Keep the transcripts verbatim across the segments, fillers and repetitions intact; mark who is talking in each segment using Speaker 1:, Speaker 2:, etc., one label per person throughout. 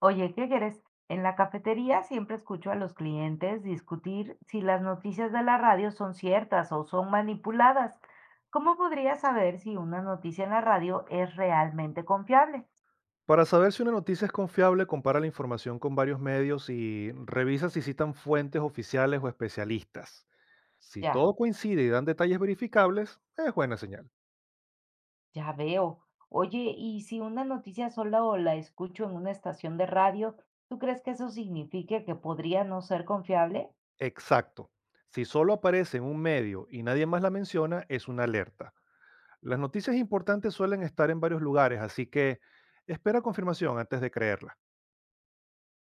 Speaker 1: Oye, ¿qué quieres? En la cafetería siempre escucho a los clientes discutir si las noticias de la radio son ciertas o son manipuladas. ¿Cómo podría saber si una noticia en la radio es realmente confiable?
Speaker 2: Para saber si una noticia es confiable, compara la información con varios medios y revisa si citan fuentes oficiales o especialistas. Si
Speaker 1: Ya,
Speaker 2: todo coincide y dan detalles verificables, es buena señal.
Speaker 1: ya veo. Oye, y si una noticia solo la escucho en una estación de radio, ¿tú crees que eso signifique que podría no ser confiable?
Speaker 2: Exacto. Si solo aparece en un medio y nadie más la menciona, es una alerta. Las noticias importantes suelen estar en varios lugares, así que espera confirmación antes de creerla.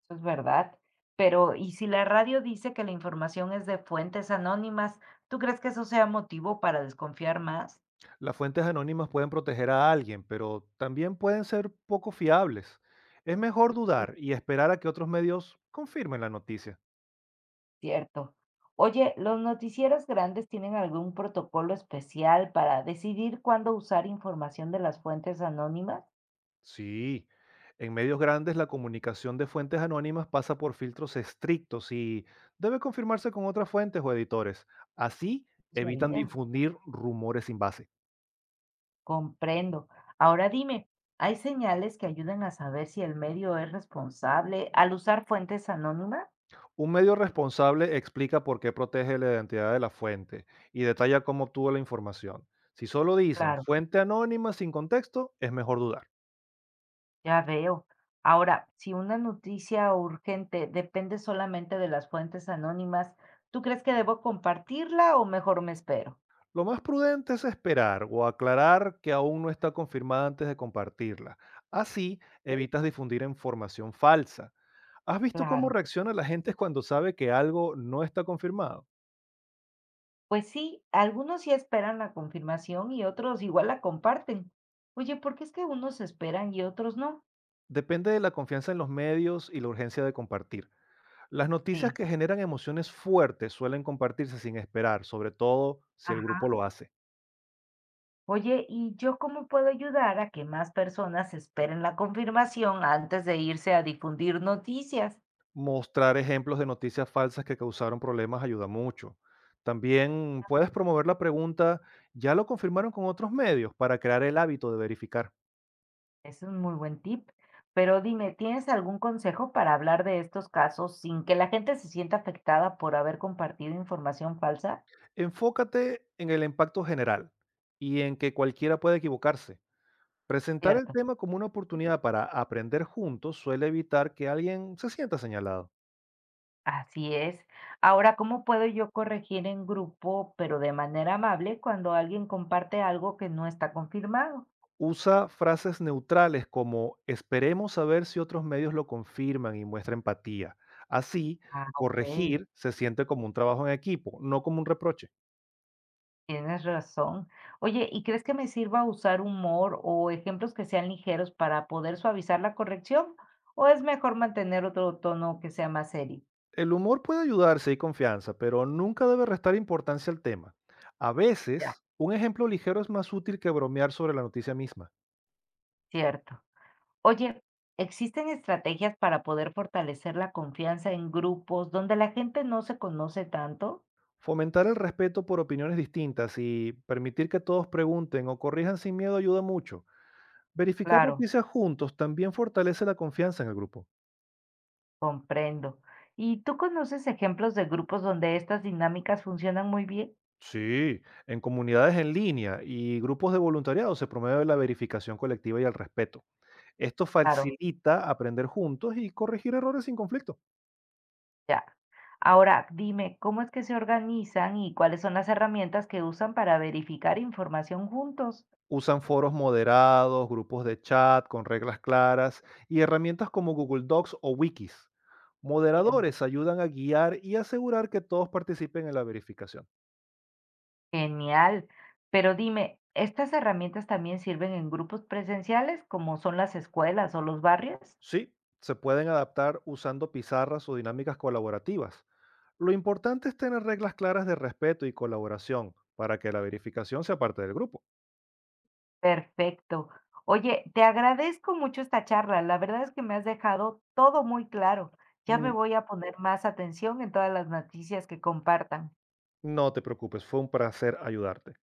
Speaker 1: Eso es verdad. Pero, ¿y si la radio dice que la información es de fuentes anónimas, ¿tú crees que eso sea motivo para desconfiar más?
Speaker 2: Las fuentes anónimas pueden proteger a alguien, pero también pueden ser poco fiables. Es mejor
Speaker 1: Es
Speaker 2: dudar y esperar a que otros medios confirmen la noticia.
Speaker 1: cierto. Oye, ¿los noticieros grandes tienen algún protocolo especial para decidir cuándo usar información de las fuentes anónimas?
Speaker 2: Sí, en medios grandes la comunicación de fuentes anónimas pasa por filtros estrictos y debe confirmarse con otras fuentes o editores. Así
Speaker 1: No
Speaker 2: evitan
Speaker 1: sabía.
Speaker 2: difundir rumores sin base.
Speaker 1: Comprendo. Ahora dime, ¿hay señales que ayuden a saber si el medio es responsable al usar fuentes anónimas?
Speaker 2: Un medio responsable explica por qué protege la identidad de la fuente y detalla cómo obtuvo la información. Si solo dicen
Speaker 1: Claro,
Speaker 2: fuente anónima sin contexto, es mejor dudar.
Speaker 1: ya veo. Ahora, si una noticia urgente depende solamente de las fuentes anónimas, ¿tú crees que debo compartirla o mejor me espero?
Speaker 2: Lo más prudente es esperar o aclarar que aún no está confirmada antes de compartirla. Así evitas difundir información falsa. ¿Has visto cómo
Speaker 1: Claro.
Speaker 2: reacciona la gente cuando sabe que algo no está confirmado?
Speaker 1: Pues sí, algunos sí esperan la confirmación y otros igual la comparten. Oye, ¿por qué es que unos esperan y otros no?
Speaker 2: Depende de la confianza en los medios y la urgencia de compartir. Las noticias
Speaker 1: Sí.
Speaker 2: que generan emociones fuertes suelen compartirse sin esperar, sobre todo si el
Speaker 1: Ajá.
Speaker 2: grupo lo hace.
Speaker 1: Oye, ¿y yo cómo puedo ayudar a que más personas esperen la confirmación antes de irse a difundir noticias?
Speaker 2: Mostrar ejemplos de noticias falsas que causaron problemas ayuda mucho. También puedes promover la pregunta, ¿ya lo confirmaron con otros medios?, para crear el hábito de verificar.
Speaker 1: Es un muy buen tip. Pero dime, ¿tienes algún consejo para hablar de estos casos sin que la gente se sienta afectada por haber compartido información falsa?
Speaker 2: Enfócate en el impacto general y en que cualquiera puede equivocarse. Presentar el
Speaker 1: Cierto.
Speaker 2: tema como una oportunidad para aprender juntos suele evitar que alguien se sienta señalado.
Speaker 1: Así es. Ahora, ¿cómo puedo yo corregir en grupo, pero de manera amable, cuando alguien comparte algo que no está confirmado?
Speaker 2: Usa frases neutrales como esperemos a ver si otros medios lo confirman y muestra empatía. Así,
Speaker 1: Ah, ok,
Speaker 2: corregir se siente como un trabajo en equipo, no como un reproche.
Speaker 1: tienes razón. Oye, ¿y crees que me sirva usar humor o ejemplos que sean ligeros para poder suavizar la corrección? ¿O es mejor mantener otro tono que sea más serio?
Speaker 2: El humor puede ayudarse y confianza, pero nunca debe restar importancia al tema. A
Speaker 1: Ya,
Speaker 2: veces, un ejemplo ligero es más útil que bromear sobre la noticia misma.
Speaker 1: cierto. Oye, ¿existen estrategias para poder fortalecer la confianza en grupos donde la gente no se conoce tanto?
Speaker 2: Fomentar el respeto por opiniones distintas y permitir que todos pregunten o corrijan sin miedo ayuda mucho. Verificar
Speaker 1: Claro.
Speaker 2: noticias juntos también fortalece la confianza en el grupo.
Speaker 1: Comprendo. ¿Y tú conoces ejemplos de grupos donde estas dinámicas funcionan muy bien?
Speaker 2: Sí, en comunidades en línea y grupos de voluntariado se promueve la verificación colectiva y el respeto. Esto
Speaker 1: Claro,
Speaker 2: facilita aprender juntos y corregir errores sin conflicto.
Speaker 1: ya. Ahora, dime, ¿cómo es que se organizan y cuáles son las herramientas que usan para verificar información juntos?
Speaker 2: Usan foros moderados, grupos de chat con reglas claras y herramientas como Google Docs o Wikis.
Speaker 1: Bien,
Speaker 2: Moderadores ayudan a guiar y asegurar que todos participen en la verificación.
Speaker 1: genial. Pero dime, ¿estas herramientas también sirven en grupos presenciales como son las escuelas o los barrios?
Speaker 2: Sí, se pueden adaptar usando pizarras o dinámicas colaborativas. Lo importante es tener reglas claras de respeto y colaboración para que la verificación sea parte del grupo.
Speaker 1: Perfecto. Oye, te agradezco mucho esta charla. La verdad es que me has dejado todo muy claro. Ya me
Speaker 2: Mm,
Speaker 1: voy a poner más atención en todas las noticias que compartan.
Speaker 2: No te preocupes, fue un placer ayudarte.